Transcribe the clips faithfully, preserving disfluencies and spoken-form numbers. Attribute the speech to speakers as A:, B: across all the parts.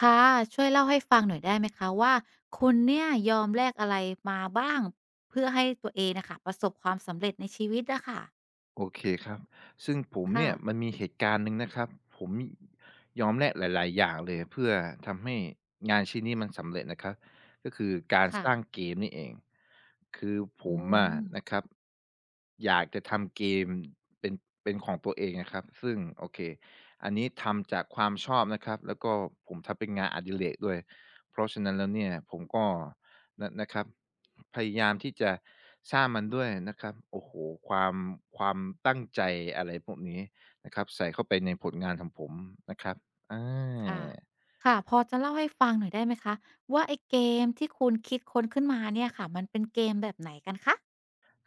A: ค่ะช่วยเล่าให้ฟังหน่อยได้ไหมคะว่าคุณเนี่ยยอมแลกอะไรมาบ้างเพื่อให้ตัวเองน่ะค่ะประสบความสำเร็จในชีวิตอะค่ะ
B: โอเคครับ ซึ่งผม
A: ค่ะ
B: เนี่ยมันมีเหตุการณ์หนึ่งนะครับผมยอมแลกหลายๆอย่างเลยเพื่อทำให้งานชิ้นนี้มันสำเร็จนะครับก็คือการ
A: ค่ะ
B: สร้างเกมนี่เองคือผ
A: อื
B: มอะ
A: ม
B: นะครับอยากจะทำเกมเป็นเป็นของตัวเองนะครับ ซึ่งโอเคอันนี้ทำจากความชอบนะครับแล้วก็ผมทำเป็นงานอดิเรกด้วย เพราะฉะนั้นแล้วเนี่ยผมก็ นะนะครับพยายามที่จะสร้างมันด้วยนะครับโอ้โฮความความตั้งใจอะไรพวกนี้นะครับใส่เข้าไปในผลงานของผมนะครับอา
A: ค่ะค่ะพอจะเล่าให้ฟังหน่อยได้ไหมคะว่าไอ้เกมที่คุณคิดค้นขึ้นมาเนี่ยค่ะมันเป็นเกมแบบไหนกันคะ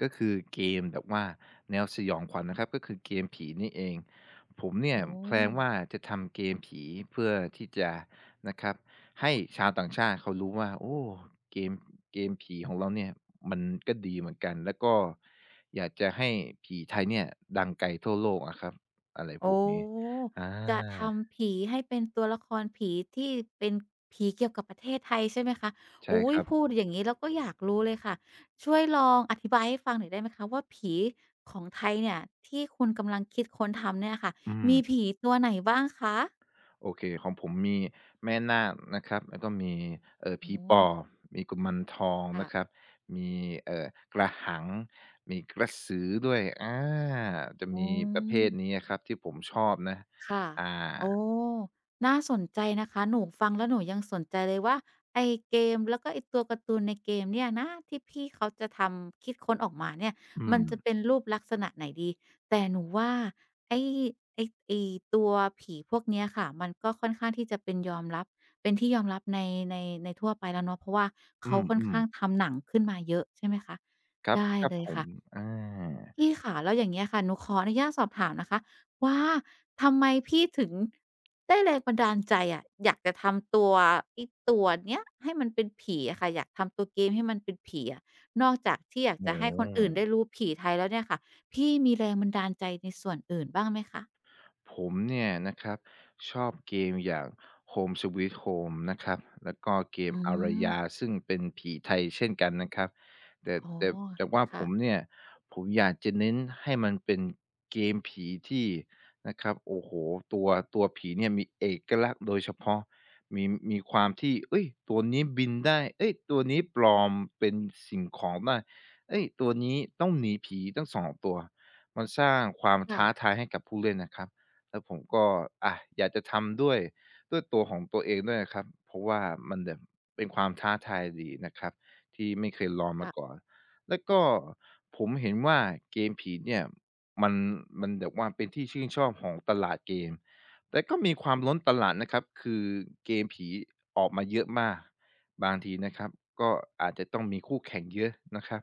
B: ก็คือเกมแบบว่าแนวสยองขวัญนะครับก็คือเกมผีนี่เองผมเนี่
A: อื
B: ยแพล
A: ม
B: นว่าจะทำเกมผีเพื่อที่จะนะครับให้ชาวต่างชาติเขารู้ว่าโอ้เกมเกมผีของเราเนี่ยมันก็ดีเหมือนกันแล้วก็อยากจะให้ผีไทยเนี่ยดังไกลทั่วโลกอะครับอะไรพว
A: โอ้
B: กนี้อ
A: จะท
B: า
A: ำผีให้เป็นตัวละครผีที่เป็นผีเกี่ยวกับประเทศไทยใช่ไหมคะ
B: ใช่
A: อุ๊
B: ค
A: ย
B: รับ
A: พูดอย่างงี้เราก็อยากรู้เลยค่ะ ช่วยลองอธิบายให้ฟังหน่อยได้ไหมคะว่าผีของไทยเนี่ยที่คุณกำลังคิดค้นทำเนี่ยค่ะ
B: อื
A: มี
B: ม
A: ผีตัวไหนบ้างคะ
B: โอเคของผมมีแม่นาคนะครับแล้วก็มีเอ่อ
A: อื
B: ผีป
A: ม
B: อบมีกุมารทอง
A: ค่ะ
B: นะครับมีเอ่อกระหังมีกระสือด้วยอาจะ
A: อื
B: มีประเภท
A: ม
B: นี้อะครับที่ผมชอบนะ
A: ค่ะ
B: อ่า
A: โอ้น่าสนใจนะคะหนูฟังแล้วหนูยังสนใจเลยว่าไอ้เกมแล้วก็ไอ้ตัวการ์ตูนในเกมเนี่ยนะที่พี่เขาจะทำคิดค้นออกมาเนี่ย
B: อื
A: มัน
B: ม
A: จะเป็นรูปลักษณะไหนดีแต่หนูว่าไอ้ไอ้ไอ้ตัวผีพวกเนี้ยค่ะมันก็ค่อนข้างที่จะเป็นยอมรับเป็นที่ยอมรับในในในทั่วไปแล้วเนาะเพราะว่า
B: อื
A: เขาค่อน
B: ม
A: ข้างทำหนังขึ้นมาเยอะใช่ไหมคะ
B: ๆครับ
A: ได้
B: ครับ
A: เลย
B: ผม
A: ค่ะ
B: อา
A: พี่ค่ะแล้วอย่างเงี้ยค่ะหนูขออนุญาตสอบถามนะคะว่าทำไมพี่ถึงได้แรงบันดาลใจอะอยากจะทำตัวไอ้ตัวเนี้ยให้มันเป็นผีอะค่ะอยากทำตัวเกมให้มันเป็นผีอะนอกจากที่อยากจะ
B: โอ้
A: ให้
B: โ
A: คนอื่นได้
B: ฮ
A: รู้ผีไทยแล้วเนี่ยค่ะพี่มีแรงบันดาลใจในส่วนอื่นบ้างไหมคะ
B: ผมเนี่ยนะครับชอบเกมอย่าง Home Sweet Home นะครับแล้วก็เก
A: อื
B: มอาร
A: ม
B: ยาซึ่งเป็นผีไทยเช่นกันนะครับแต่
A: อ๋อ
B: แต่แต่ว่าผ
A: ค่ะ
B: มเนี่ยผมอยากจะเน้นให้มันเป็นเกมผีที่นะครับโอ้โฮตัวตัวผีเนี่ยมีเอกลักษณ์โดยเฉพาะมีมีความที่เฮ้ยตัวนี้บินได้เฮ้ยตัวนี้ปลอมเป็นสิ่งของได้เฮ้ยตัวนี้ต้องหนีผีตั้งสองตัวมันสร้างความท้า
A: ค
B: ทายให้กับผู้เล่นนะครับ แล้วผมก็อะอยากจะทำด้วยด้วยตัวของตัวเองด้วยนะครับเพราะว่ามันแบบเป็นความท้าทายดีนะครับที่ไม่เคยลองมา
A: ่ะ
B: ก่
A: ๆ
B: อนแล้วก็ผมเห็นว่าเกมผีเนี่ยมันมันแบบว่าเป็นที่ชื่นชอบของตลาดเกมแต่ก็มีความล้นตลาดนะครับคือเกมผีออกมาเยอะมากบางทีนะครับก็อาจจะต้องมีคู่แข่งเยอะนะครับ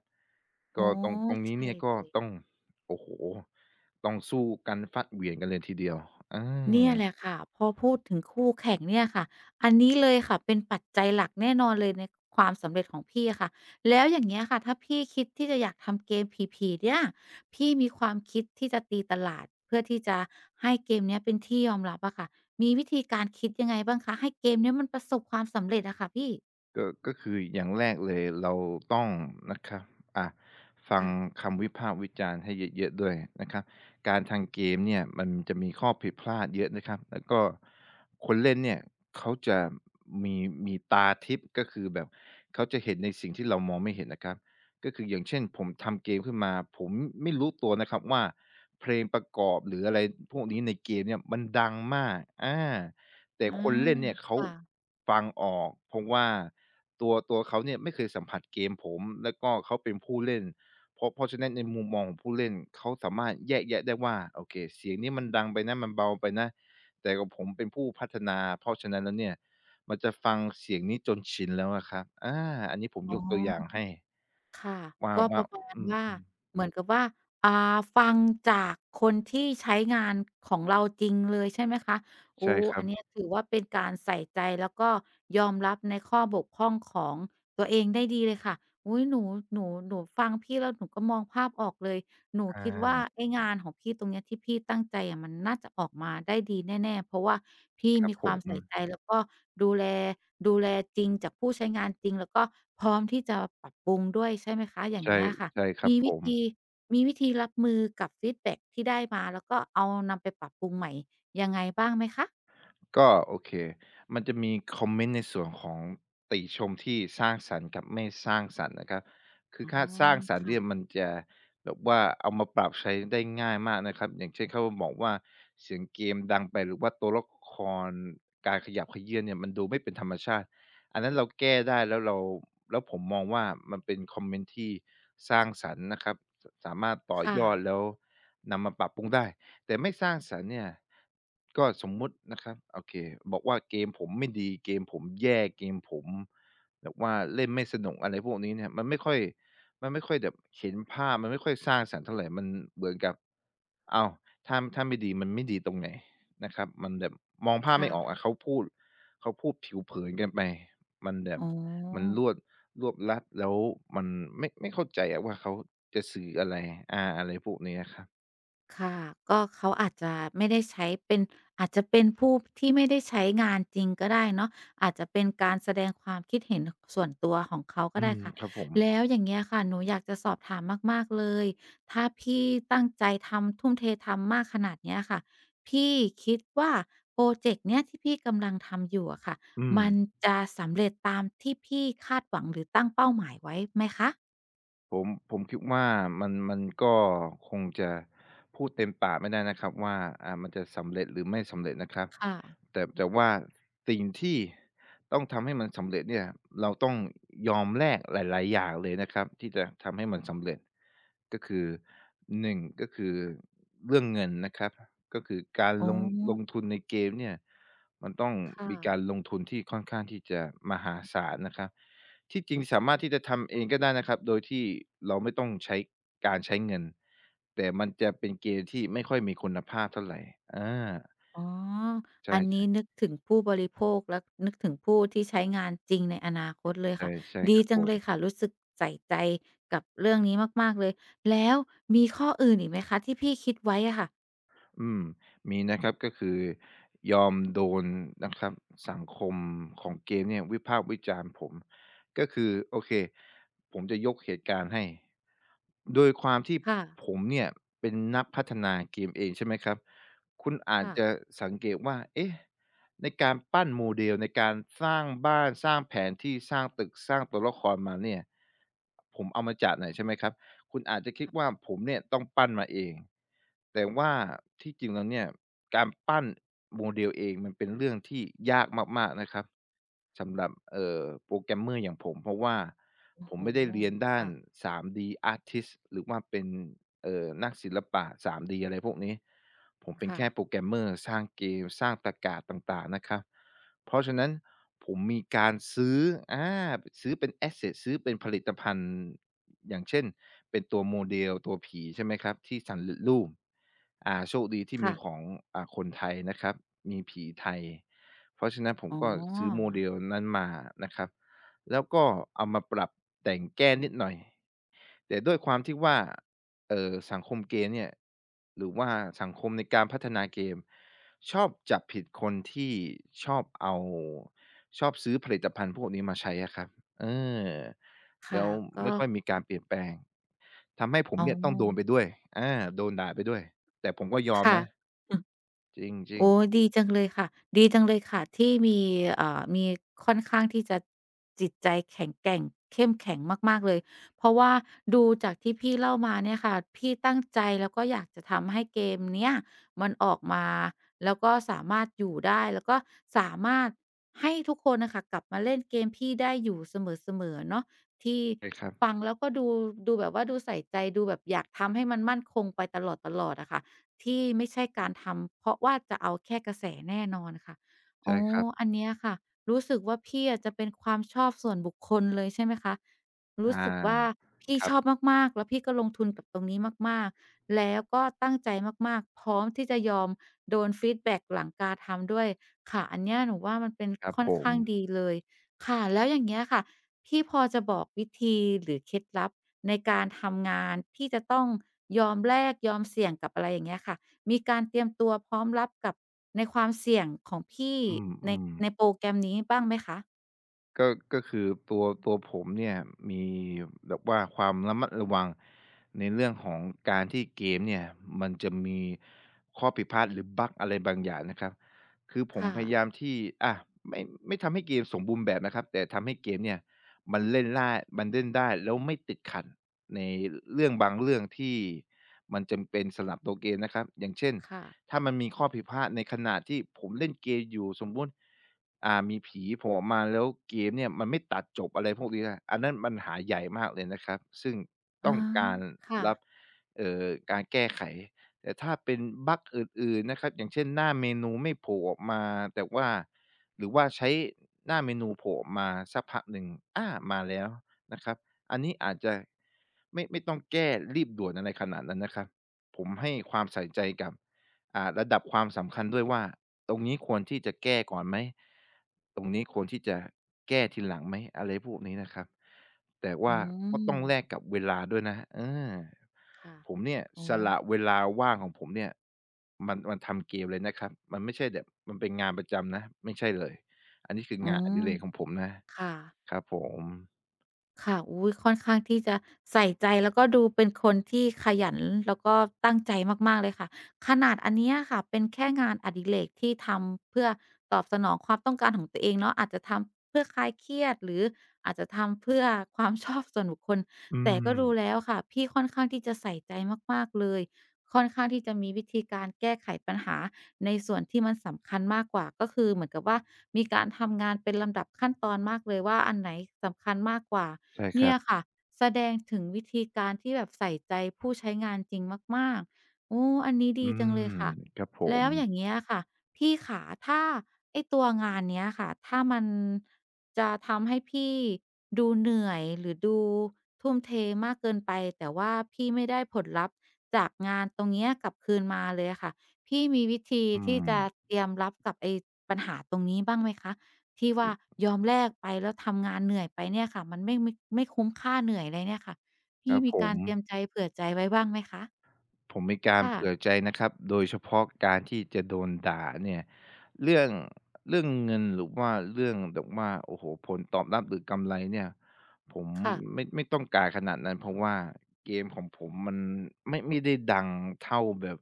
A: อ๋อ
B: ก็ตรงตรงนี้
A: ใช่
B: เนี่ย
A: เล
B: ก็ต้อ
A: ย
B: งโอ้โฮ ต้องสู้กันฟัดเหวี่ยงกันเลยทีเดียวอา
A: เนี่ยแหละค่ะพอพูดถึงคู่แข่งเนี่ยค่ะอันนี้เลยค่ะเป็นปัจจัยหลักแน่นอนเลยในความสำเร็จของพี่อะค่ะแล้วอย่างเงี้ยค่ะถ้าพี่คิดที่จะอยากทำเกมผีๆเนี่ยพี่มีความคิดที่จะตีตลาดเพื่อที่จะให้เกมเนี้ยเป็นที่ยอมรับอะค่ะมีวิธีการคิดยังไงบ้างคะให้เกมเนี้ยมันประสบความสำเร็จอะค่ะพี่
B: ก็ก็คืออย่างแรกเลยเราต้องนะครับอ่าฟัง
A: ค่ะ
B: คำวิพากษ์วิจารณ์ให้เยอะๆด้วยนะครับการทางเกมเนี่ยมันจะมีข้อผิดพลาดเยอะนะครับแล้วก็คนเล่นเนี่ยเขาจะมีมีตาทิพย์ก็คือแบบเขาจะเห็นในสิ่งที่เรามองไม่เห็นนะครับก็คืออย่างเช่นผมทำเกมขึ้นมาผมไม่รู้ตัวนะครับว่าเพลงประกอบหรืออะไรพวกนี้ในเกมเนี่ยมันดังมากอา แต่
A: อา
B: คนเล่นเนี่ยเขา
A: ค่ะ
B: ฟังออกเพราะว่าตัวตัวเขาเนี่ยไม่เคยสัมผัสเกมผมแล้วก็เขาเป็นผู้เล่นเพราะเพราะฉะนั้นในมุมมองของผู้เล่นเขาสามารถแยกแยะได้ว่าโอเคเสียงนี้มันดังไปนะมันเบาไปนะแต่ของผมเป็นผู้พัฒนาเพราะฉะนั้นแล้วเนี่ยมันจะฟังเสียงนี้จนชินแล้วอะครับอาอันนี้ผม
A: อ๋
B: ยกตัวอย่าง
A: อ
B: ให้
A: ค่ะ
B: ว่า
A: ก็ป
B: ว่า
A: ระมาณ
B: อื
A: ว่า
B: มๆ
A: เหมือนกับว่าอ่าฟังจากคนที่ใช้งานของเราจริงเลยใช่ไหมคะโอ้
B: ใช่ค
A: อั
B: รั
A: น
B: บ
A: เนี้ยถือว่าเป็นการใส่ใจแล้วก็ยอมรับในข้อบกพร่องของตัวเองได้ดีเลยค่ะอุ๊ยหนูหนูหนูฟังพี่แล้วหนูก็มองภาพออกเลย หนู
B: อ
A: คิดว่า
B: า
A: ไอ้งานของพี่ตรงเนี้ยที่พี่ตั้งใจอะมันน่าจะออกมาได้ดีแน่ๆเพราะว่าพี่
B: ครั
A: มี
B: บ
A: ค
B: ผ
A: วาม
B: ม
A: ใส่ใจแล้วก็ดูแลดูแลจริงจากผู้ใช้งานจริงแล้วก็พร้อมที่จะปรับปรุงด้วยใช่ไหมคะอย่าง
B: ใช่
A: เงี้ยค่ะ
B: ใช่ครับ
A: มี
B: ผ
A: วิ
B: ม
A: ธีมีวิธีรับมือกับฟีดแบ็กที่ได้มาแล้วก็เอานำไปปรับปรุงใหม่ยังไงบ้างไหมคะ
B: ก็โอเคมันจะมีคอมเมนต์ในส่วนของติชมที่สร้างสรรค์กับไม่สร้างสรรค์นะครับคื
A: อ๋
B: อ
A: อ
B: ค่าสร้างสรรค์เนี่ย
A: ค่ะ
B: มันจะแบบว่าเอามาปรับใช้ได้ง่ายมากนะครับอย่างเช่นเขาบอกว่าเสียงเกมดังไปหรือว่าตัวละครการขยับเขยื้อนเนี่ยมันดูไม่เป็นธรรมชาติ อันนั้นเราแก้ได้แล้วเราแล้วผมมองว่ามันเป็นคอมเมนต์ที่สร้างสรรค์นะครับสสามารถต่อ
A: ค่ะ
B: ยอดแล้วนำมาปรับปรุงได้ แต่ไม่สร้างสรรค์เนี่ยก็สมมุตินะครับโอเคบอกว่าเกมผมไม่ดีเกมผมแย่เกมผมแบบว่าเล่นไม่สนุกอะไรพวกนี้เนี่ยมันไม่ค่อยมันไม่ค่อยแบบเห็นภาพมันไม่ค่อยสร้างสรรค์เท่าไรมันเหมือนกับอ้าวถ้าถ้าไม่ดีมันไม่ดีตรงไหนนะครับมันแบบมองภาพไม่ออก
A: ค่ะ
B: อะเขาพูดเขาพูดผิวเผินเกินไปมันแบบ
A: อ๋อ
B: มันรวดรวบลัดแล้วมันไม่ไม่เข้าใจอะว่าเขาจะสื่ออะไรอาอะไรพวกนี้อะครับ
A: ค่ะก็เขาอาจจะไม่ได้ใช้เป็นอาจจะเป็นผู้ที่ไม่ได้ใช้งานจริงก็ได้เนาะอาจจะเป็นการแสดงความคิดเห็นส่วนตัวของเขาก็
B: อื
A: ได้
B: ม
A: ค่ะ
B: ครับผม
A: แล้วอย่างเงี้ยค่ะหนูอยากจะสอบถามมากๆเลยถ้าพี่ตั้งใจทำทุ่มเททำมากขนาดเนี้ยค่ะพี่คิดว่าพรอเจกต์เนี้ยที่พี่กำลังทำอยู่อะค่ะ
B: อืม
A: มันจะสำเร็จตามที่พี่คาดหวังหรือตั้งเป้าหมายไว้ไหมคะ
B: ผมผมคิดว่ามันมันก็คงจะพูดเต็มปากไม่ได้นะครับว่าอ่ามันจะสำเร็จหรือไม่สำเร็จนะครับ
A: ค่ะ
B: แต่แต่ว่าสิ่งที่ต้องทำให้มันสำเร็จเนี่ยเราต้องยอมแลกหลายๆอย่างเลยนะครับที่จะทำให้มันสำเร็จก็คือหนึ่งก็คือเรื่องเงินนะครับก็คือการ
A: อ๋อ
B: ลงลงทุนในเกมเนี่ยมันต้อง
A: ค่ะ
B: มีการลงทุนที่ค่อนข้างที่จะมหาศาลนะครับ ที่จริงสามารถที่จะทำเองก็ได้นะครับโดยที่เราไม่ต้องใช้การใช้เงินแต่มันจะเป็นเกมที่ไม่ค่อยมีคุณภาพเท่าไรอา
A: อ๋ออั
B: ใช่
A: นนี้
B: ๆ
A: นึกถึงผู้บริโภคและนึกถึงผู้ที่ใช้งานจริงในอนาคตเลย
B: ใช่
A: ค่ะ
B: ใช่
A: ดี
B: ครับ
A: จั
B: ผ
A: งเล
B: ม
A: ยค่ะรู้สึกใส่ใจกับเรื่องนี้มากๆเลยแล้วมีข้ออื่นอีกไหมคะที่พี่คิดไว้อะค่ะ
B: อืมมีนะครับก็คือยอมโดนนะครับสังคมของเกมเนี่ยวิพากษ์วิจารณ์ผมก็คือโอเคผมจะยกเหตุการณ์ให้โดยความที่
A: ค่ะ
B: ผมเนี่ยเป็นนักพัฒนาเกมเองใช่ไหมครับคุณอาจจะ
A: ค่ะ
B: สังเกตว่าเอ๊ะในการปั้นโมเดลในการสร้างบ้านสร้างแผนที่สร้างตึกสร้างตัวละครมาเนี่ยผมเอามาจากไหนใช่ไหมครับ คุณอาจจะคิ
A: ค
B: ด
A: รับ
B: ว่าผมเนี่ยต้องปั้นมาเอง แต่ว่าที่จริงแล้วเนี่ยการปั้นโมเดลเองมันเป็นเรื่องที่ยากมากๆนะครับสำหรับเอ่อโปรแก r o g ม a m m อย่างผมเพราะว่า
A: โอ้
B: ผ
A: โฮ
B: มไม่ได้เรียนด้าน
A: ค่ะ
B: ทรี ดี Artist หรือว่าเป็นเอ่อนักศิลปะ ทรี ดี อะไรพวกนี้ผมเป็น
A: ค่ะ
B: แค่โปรแกรมเมอร์สร้างเกมสร้างตรกกาศต่างๆนะครับเพราะฉะนั้นผมมีการซื้ออาซื้อเป็นแอสเซสซื้อเป็นผลิตภัณฑ์ อย่างเช่นเป็นตัวโมเดลตัวผีใช่ไหมครับที่สัเร็จรูปอ่าโชคดีที่
A: ค่ะ
B: มีของอ่าคนไทยนะครับมีผีไทยเพราะฉะนั้นผม
A: อ๋อ
B: ก็ซื้อโมเดลนั้นมานะครับแล้วก็เอามาปรับแต่งแก้นิดหน่อยแต่ด้วยความที่ว่าเอ่อสังคมเกมเนี่ยหรือว่าสังคมในการพัฒนาเกมชอบจับผิดคนที่ชอบเอาชอบซื้อผลิตภัณฑ์พวกนี้มาใช้อะครับเออ แล้
A: ค่ะ
B: ว
A: ก็
B: ไม่ค่อยมีการเปลี่ยนแปลงทำให้ผม
A: อ๋อ
B: เนี่ยต้องโดนไปด้วยอาโดนด่าไปด้วย แต่ผมก็ยอม
A: ค่ะ
B: นะ จริง
A: โอ้
B: ๆ
A: ดีจังเลยค่ะดีจังเลยค่ะที่มีเอ่อมีค่อนข้างที่จะจิตใจแข็งแกร่งเข้มแข็งมากๆเลยเพราะว่าดูจากที่พี่เล่ามาเนี่ยค่ะพี่ตั้งใจแล้วก็อยากจะทำให้เกมเนี้ยมันออกมาแล้วก็สามารถอยู่ได้แล้วก็สามารถให้ทุกคนน่ะค่ะกลับมาเล่นเกมพี่ได้อยู่เสมอๆเนาะที่
B: ใช่ครับ
A: ฟังแล้วก็ดูดูแบบว่าดูใส่ใจดูแบบอยากทำให้มันมั่นคงไปตลอดๆอะค่ะ ที่ไม่ใช่การทำเพราะว่าจะเอาแค่กระแสแน่นอนค่ะอ๋อ
B: ใช่ครับ
A: อันเนี้ยค่ะรู้สึกว่าพี่อะจะเป็นความชอบส่วนบุคคลเลยใช่ไหมคะ
B: อ
A: รู้สึกว่า
B: า
A: พี่
B: ครั
A: ชอบ
B: บ
A: มากๆแล้วพี่ก็ลงทุนกับตรงนี้มากๆแล้วก็ตั้งใจมากๆพร้อมที่จะยอมโดนฟีดแบ็กหลังการทำด้วยค่ะอันเนี้ยหนูว่ามันเป็น
B: ครับ
A: ค่อน
B: ผม
A: ข้างดีเลยค่ะแล้วอย่างเงี้ยค่ะ พี่พอจะบอกวิธีหรือเคล็ดลับในการทำงานที่จะต้องยอมแลกยอมเสี่ยงกับอะไรอย่างเงี้ยค่ะมีการเตรียมตัวพร้อมรับกับในความเสี่ยงของพี่
B: อื
A: ใน
B: ม
A: ในโปร
B: ๆ
A: แกรมนี้บ้างไหมคะ
B: ก็ก็คือตัวตัวผมเนี่ยมีแบบว่าความระมัดระวังในเรื่องของการที่เกมเนี่ยมันจะมีข้อผิดพลาดหรือบักอะไรบางอย่างนะครับคือผม
A: ค่ะ
B: พยายามที่อ่าไม่ไม่ทำให้เกมสมบูรณ์แบบนะครับแต่ทำให้เกมเนี่ยมันเล่นล่ามันเล่นได้แล้วไม่ติดขัดในเรื่องบางเรื่องที่มันจำเป็นสำหรับตัวเกมนะครับอย่างเช่น
A: ค่ะ
B: ถ้ามันมีข้อผิดพลาดในขณะที่ผมเล่นเกมอยู่สมมุติอ่ามีผีโผล่ออกมาแล้วเกมเนี่ยมันไม่ตัดจบอะไรพวกนี้นะอันนั้นปัญหาใหญ่มากเลยนะครับซึ่ง
A: อ๋อ
B: ต้องการ
A: ค่ะ
B: รับเอ่อการแก้ไขแต่ถ้าเป็นบักอื่นๆนะครับอย่างเช่นหน้าเมนูไม่โผล่ออกมาแต่ว่าหรือว่าใช้หน้าเมนูโผล่ออกมาสักพักหนึ่งอามาแล้วนะครับอันนี้อาจจะไม่ไม่ต้องแก้รีบด่วนอะไรขนาดนั้นนะครับผมให้ความใส่ใจกับ อ่าระดับความสำคัญด้วยว่าตรงนี้ควรที่จะแก้ก่อนไหมตรงนี้ควรที่จะแก้ทีหลังไหมอะไรพวกนี้นะครับแต่
A: อื
B: ว่าก็ต้องแลก
A: ม
B: กับเวลาด้วยนะเออ
A: ค่ะ
B: ผมเนี่ย
A: อ๋อ
B: สละเวลาว่างของผมเนี่ยมันมันทำเกมเลยนะครับมันไม่ใช่แบบมันเป็นงานประจำนะไม่ใช่เลยอันนี้คือ
A: อ๋อ
B: งานอดิเรกของผมนะ
A: ค่ะ
B: ครับผม
A: ค่ะอุ๊ยค่อนข้างที่จะใส่ใจแล้วก็ดูเป็นคนที่ขยันแล้วก็ตั้งใจมากๆเลยค่ะ ขนาดอันเนี้ยค่ะเป็นแค่งานอดิเรกที่ทำเพื่อตอบสนองความต้องการของตัวเองเนาะอาจจะทำเพื่อคลายเครียดหรืออาจจะทำเพื่อความชอบส่วนบุคคล
B: อื
A: แต่
B: ม
A: ก็ดูแล้วค่ะพี่ค่อนข้างที่จะใส่ใจมากๆเลยค่อนข้างที่จะมีวิธีการแก้ไขปัญหา ในส่วนที่มันสำคัญมากกว่าก็คือเหมือนกับว่ามีการทำงานเป็นลำดับขั้นตอนมากเลยว่าอันไหนสำคัญมากกว่า
B: ใช่ค
A: เนี่
B: รั
A: ย
B: บ
A: ค่ะแสดงถึงวิธีการที่แบบใส่ใจผู้ใช้งานจริงมากๆโอ้อันนี้ดี
B: อื
A: จังเล
B: ม
A: ยค่ะ
B: ครับผ
A: แล้
B: ม
A: วอย่างเงี้ยค่ะพี่ขาถ้าไอ้ตัวงานเนี้ยค่ะถ้ามันจะทำให้พี่ดูเหนื่อยหรือดูทุ่มเทมากเกินไปแต่ว่าพี่ไม่ได้ผลลัพธ์จากงานตรงเนี้ยกลับคืนมาเลยอะค่ะ พี่มีวิธี
B: อื
A: ที่
B: ม
A: จะเตรียมรับกับไอ้ปัญหาตรงนี้บ้างไหมคะที่ว่ายอมแลกไปแล้วทำงานเหนื่อยไปเนี่ยค่ะมันไม่ไม่ไม่คุ้มค่าเหนื่อยเลยเนี่ยค่ะ
B: ค
A: พี่
B: รับ
A: มี
B: ผ
A: กา
B: ม
A: รเตรียมใจเผื่อใจไว้บ้างไหมคะ
B: ผมมีการ
A: ค่ะ
B: เผื่อใจนะครับโดยเฉพาะการที่จะโดนด่าเนี่ยเรื่องเรื่องเงินหรือว่าเรื่องแบบว่าโอ้โฮผลตอบรับหรือกำไรเนี่ยผม
A: ค่ะ
B: ไม่ไม่ต้องการขนาดนั้นเพราะว่าเกมของผมมันไม่ไม่ได้ดังเท่าแบบ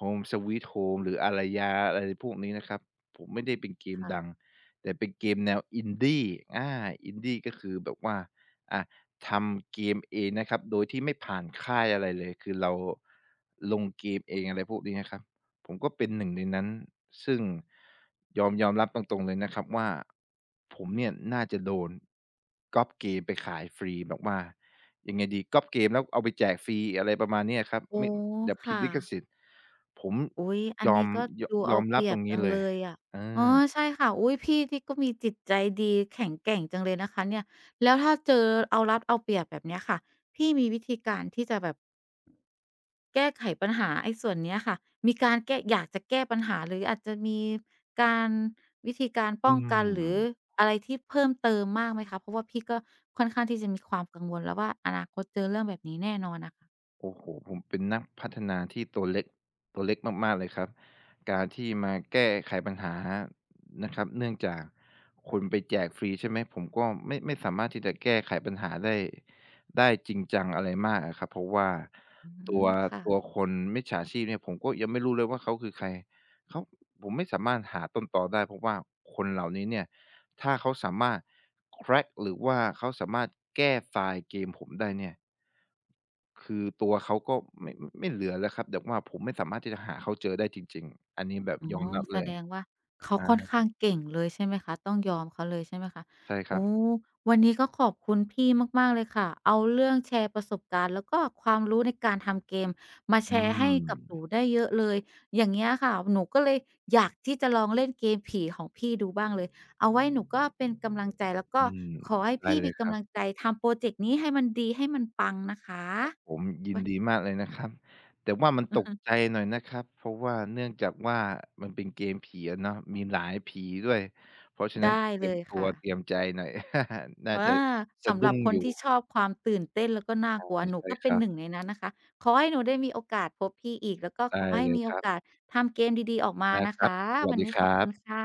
B: Home Sweet Home หรือ a ารยาอะไรพวกนี้นะครับผมไม่ได้เป็นเกม
A: ค่ะ
B: ดังแต่เป็นเกมแนว Indie อา Indie ก็คือแบบว่าอา ทำเกมเองนะครับโดยที่ไม่ผ่านค่ายอะไรเลยคือเราลงเกมเองอะไรพวกนี้นะครับผมก็เป็นหนึ่งในนั้นซึ่งยอมยอมรับตรงๆเลยนะครับว่าผมเนี่ยน่าจะโดนก๊อปเกมไปขายฟรีแบบว่ายังไงดีก๊อปเกมแล้วเอาไปแจกฟรีอะไรประมาณเนี้ยครับ
A: อ๋อ
B: ไม่แบบผิด
A: ค่ะ
B: ลิขสิทธิ์ผม
A: อุ๊ยอัน
B: ยอม
A: นี้ก็
B: ยอม
A: ดู
B: ย
A: เอา
B: อม
A: เป
B: รับ
A: รีย
B: ตร
A: บ
B: ง
A: จั
B: นี้
A: ง
B: เล
A: เล
B: ย
A: ยอะ
B: อ
A: อ๋อ
B: า
A: ใช่ค่ะอุ๊ยพี่นี่ก็มีจิตใจดีแข็งแกร่งจังเลยนะคะเนี่ยแล้วถ้าเจอเอารัดเอาเปรียบแบบเนี้ยค่ะพี่มีวิธีการที่จะแบบ แก้ไขปัญหาไอ้ส่วนเนี้ยค่ะมีการแก้อยากจะแก้ปัญหาหรืออาจจะมีการวิธีการ
B: อื
A: ป้องกันหรือ
B: ม
A: อะไรที่เพิ่มเติมมากไหมคะเพราะว่าพี่ก็ค่อนข้างที่จะมีความกังวลแล้วว่าอนาคตเจอเรื่องแบบนี้แน่นอนน่ะค่ะ
B: โอ้โฮผมเป็นนักพัฒนาที่ตัวเล็กตัวเล็กมากๆเลยครับการที่มาแก้ไขปัญหานะครับเนื่องจากคนไปแจกฟรีใช่ไหมผมก็ไม่ไม่สามารถที่จะแก้ไขปัญหาได้ได้จริงจังอะไรมากอะครับเพราะว่า
A: อื
B: ตัว
A: มค่ะ
B: ตัวคนมิจฉาชีพเนี่ยผมก็ยังไม่รู้เลยว่าเขาคือใครเขาผมไม่สามารถหาต้นตอได้เพราะว่าคนเหล่านี้เนี่ย ถ้าเขาสามารถ crack หรือว่าเขาสามารถแก้ไฟล์เกมผมได้เนี่ยคือตัวเขาก็ไม่ไม่เหลือแล้วครับแบบว่าผมไม่สามารถที่จะหาเขาเจอได้จริงๆอันนี้แบบ
A: อ๋อ
B: ยอมรับ
A: แส
B: เลย
A: ดงว่าเขา
B: อา
A: ค่อนข้างเก่งเลยใช่ไหมคะต้องยอมเขาเลยใช่ไหมคะ
B: ใช่ครั
A: โอ้
B: บ
A: วันนี้ก็ขอบคุณพี่มากๆเลยค่ะเอาเรื่องแชร์ประสบการณ์แล้วก็ความรู้ในการทำเกมมาแช
B: อื
A: ร์ให้
B: ม
A: กับหนูได้เยอะเลยอย่างเงี้ยค่ะหนูก็เลยอยากที่จะลองเล่นเกมผีของพี่ดูบ้างเลยเอาไว้หนูก็เป็นกำลังใจแล้วก็
B: อืม
A: ขอให้
B: ได้
A: พี่
B: เล
A: มี
B: ยครั
A: กำลัง
B: บ
A: ใจทำพรอเจกต์นี้ให้มันดีให้มันปังนะคะ
B: ผมยินดีมากเลยนะครับแต่ว่ามัน
A: อื
B: ต
A: อ
B: ก
A: ฮึ
B: ใจหน่อยนะครับเพราะว่าเนื่องจากว่ามันเป็นเกมผีอะเนาะมีหลายผีด้วยเพราะฉะนั้น
A: ได้
B: เต
A: เล
B: รียม
A: ย
B: ตัว
A: ค่ะ
B: เตรียมใจหน่อย น่าจะ
A: อา
B: สะ
A: สำหรั
B: ดุ้
A: บ
B: ง
A: ค
B: อ
A: น
B: ยู่
A: ที่ชอบความตื่นเต้นแล้วก็น่ากลัวหนู
B: ใช่
A: ก็
B: ๆค
A: เป็น
B: รั
A: ห
B: บ
A: นึ่งในนั้นนะคะขอให้หนูได้มีโอกาสพบพี่อีกแล้วก็ข
B: ได้
A: อให้
B: เลย
A: มี
B: ค
A: โอ
B: รั
A: กาส
B: บ
A: ทำเกมดีๆออกมา
B: ได้
A: นะ
B: ครับ
A: คะ
B: สวัส
A: วัน
B: ดี
A: นี้
B: ค
A: ขอบ
B: รั
A: คุณ
B: บ
A: ค่ะ